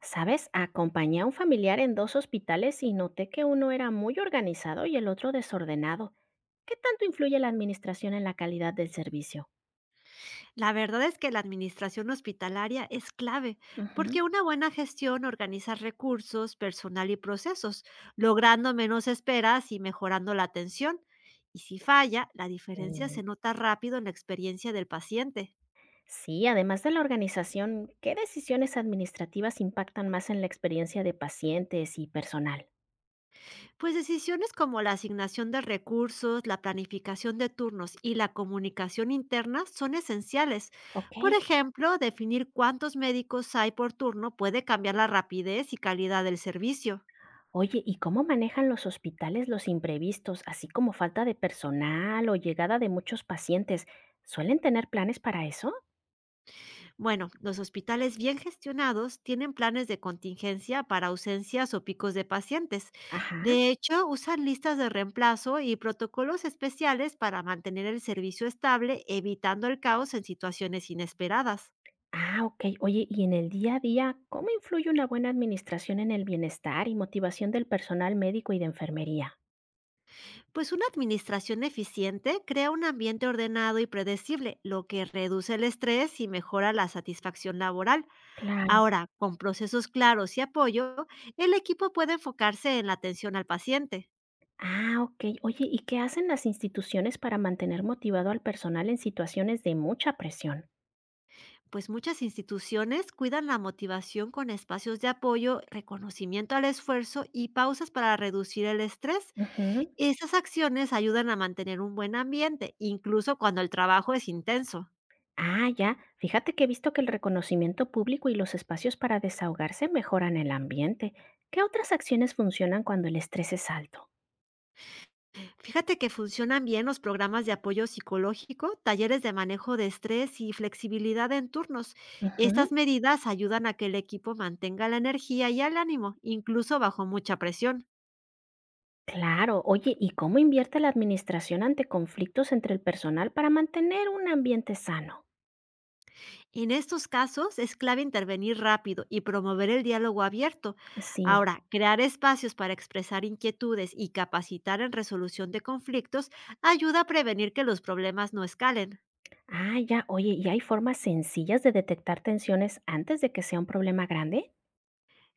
¿Sabes? Acompañé a un familiar en dos hospitales y noté que uno era muy organizado y el otro desordenado. ¿Qué tanto influye la administración en la calidad del servicio? La verdad es que la administración hospitalaria es clave, Ujú. porque una buena gestión organiza recursos, personal y procesos, logrando menos esperas y mejorando la atención. Y si falla, la diferencia Mm. se nota rápido en la experiencia del paciente. Sí, además de la organización, ¿qué decisiones administrativas impactan más en la experiencia de pacientes y personal? Pues decisiones como la asignación de recursos, la planificación de turnos y la comunicación interna son esenciales. Ok. Por ejemplo, definir cuántos médicos hay por turno puede cambiar la rapidez y calidad del servicio. Oye, ¿y cómo manejan los hospitales los imprevistos, así como falta de personal o llegada de muchos pacientes? ¿Suelen tener planes para eso? Bueno, los hospitales bien gestionados tienen planes de contingencia para ausencias o picos de pacientes. Ajá. De hecho, usan listas de reemplazo y protocolos especiales para mantener el servicio estable, evitando el caos en situaciones inesperadas. Ah, ok. Oye, y en el día a día, ¿cómo influye una buena administración en el bienestar y motivación del personal médico y de enfermería? Pues una administración eficiente crea un ambiente ordenado y predecible, lo que reduce el estrés y mejora la satisfacción laboral. Claro. Ahora, con procesos claros y apoyo, el equipo puede enfocarse en la atención al paciente. Ah, ok. Oye, ¿y qué hacen las instituciones para mantener motivado al personal en situaciones de mucha presión? Pues muchas instituciones cuidan la motivación con espacios de apoyo, reconocimiento al esfuerzo y pausas para reducir el estrés. Ujú. Esas acciones ayudan a mantener un buen ambiente, incluso cuando el trabajo es intenso. Ah, ya. Fíjate que he visto que el reconocimiento público y los espacios para desahogarse mejoran el ambiente. ¿Qué otras acciones funcionan cuando el estrés es alto? Fíjate que funcionan bien los programas de apoyo psicológico, talleres de manejo de estrés y flexibilidad en turnos. Ujú. Estas medidas ayudan a que el equipo mantenga la energía y el ánimo, incluso bajo mucha presión. Claro, oye, ¿y cómo invierte la administración ante conflictos entre el personal para mantener un ambiente sano? En estos casos es clave intervenir rápido y promover el diálogo abierto. Sí. Ahora, crear espacios para expresar inquietudes y capacitar en resolución de conflictos ayuda a prevenir que los problemas no escalen. Ah, ya, oye, ¿y hay formas sencillas de detectar tensiones antes de que sea un problema grande?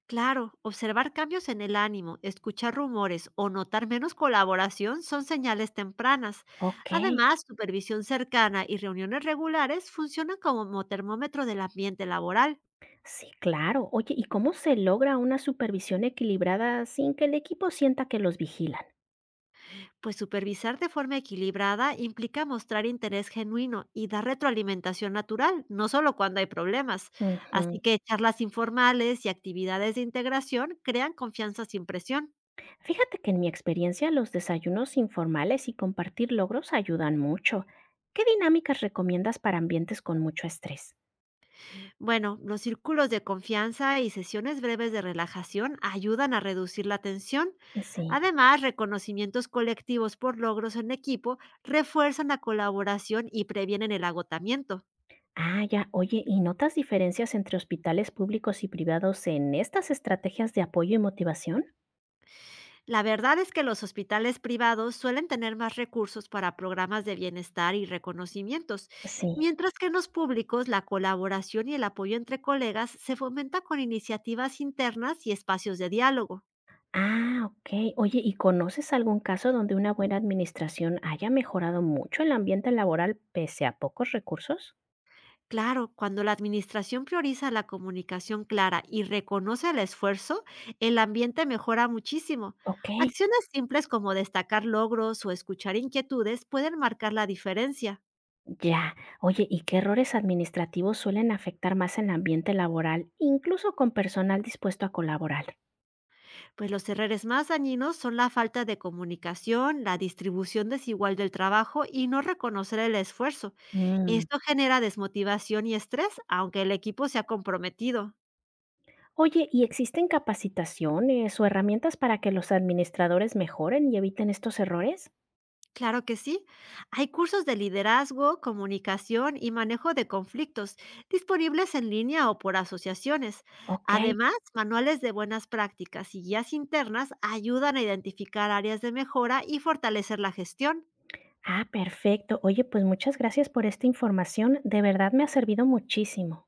Claro, observar cambios en el ánimo, escuchar rumores o notar menos colaboración son señales tempranas. Ok, Además, supervisión cercana y reuniones regulares funcionan como termómetro del ambiente laboral. sí, claro. Oye, ¿y cómo se logra una supervisión equilibrada sin que el equipo sienta que los vigilan? Pues supervisar de forma equilibrada implica mostrar interés genuino y dar retroalimentación natural, no solo cuando hay problemas. Ujú. Así que charlas informales y actividades de integración crean confianza sin presión. Fíjate que en mi experiencia los desayunos informales y compartir logros ayudan mucho. ¿Qué dinámicas recomiendas para ambientes con mucho estrés? Bueno, los círculos de confianza y sesiones breves de relajación ayudan a reducir la tensión. Sí. Además, reconocimientos colectivos por logros en equipo refuerzan la colaboración y previenen el agotamiento. Ah, ya. Oye, ¿y notas diferencias entre hospitales públicos y privados en estas estrategias de apoyo y motivación? La verdad es que los hospitales privados suelen tener más recursos para programas de bienestar y reconocimientos, Sí. mientras que en los públicos la colaboración y el apoyo entre colegas se fomenta con iniciativas internas y espacios de diálogo. Ah, ok. Oye, ¿y conoces algún caso donde una buena administración haya mejorado mucho el ambiente laboral pese a pocos recursos? Claro, cuando la administración prioriza la comunicación clara y reconoce el esfuerzo, el ambiente mejora muchísimo. Ok, Acciones simples como destacar logros o escuchar inquietudes pueden marcar la diferencia. ya. Oye, ¿y qué errores administrativos suelen afectar más el ambiente laboral, incluso con personal dispuesto a colaborar? Pues los errores más dañinos son la falta de comunicación, la distribución desigual del trabajo y no reconocer el esfuerzo. Mm. Esto genera desmotivación y estrés, aunque el equipo sea comprometido. Oye, ¿y existen capacitaciones o herramientas para que los administradores mejoren y eviten estos errores? Claro que sí. Hay cursos de liderazgo, comunicación y manejo de conflictos disponibles en línea o por asociaciones. Ok. Además, manuales de buenas prácticas y guías internas ayudan a identificar áreas de mejora y fortalecer la gestión. Ah, perfecto. Oye, pues muchas gracias por esta información. De verdad me ha servido muchísimo.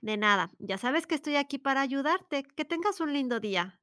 De nada, ya sabes que estoy aquí para ayudarte. Que tengas un lindo día.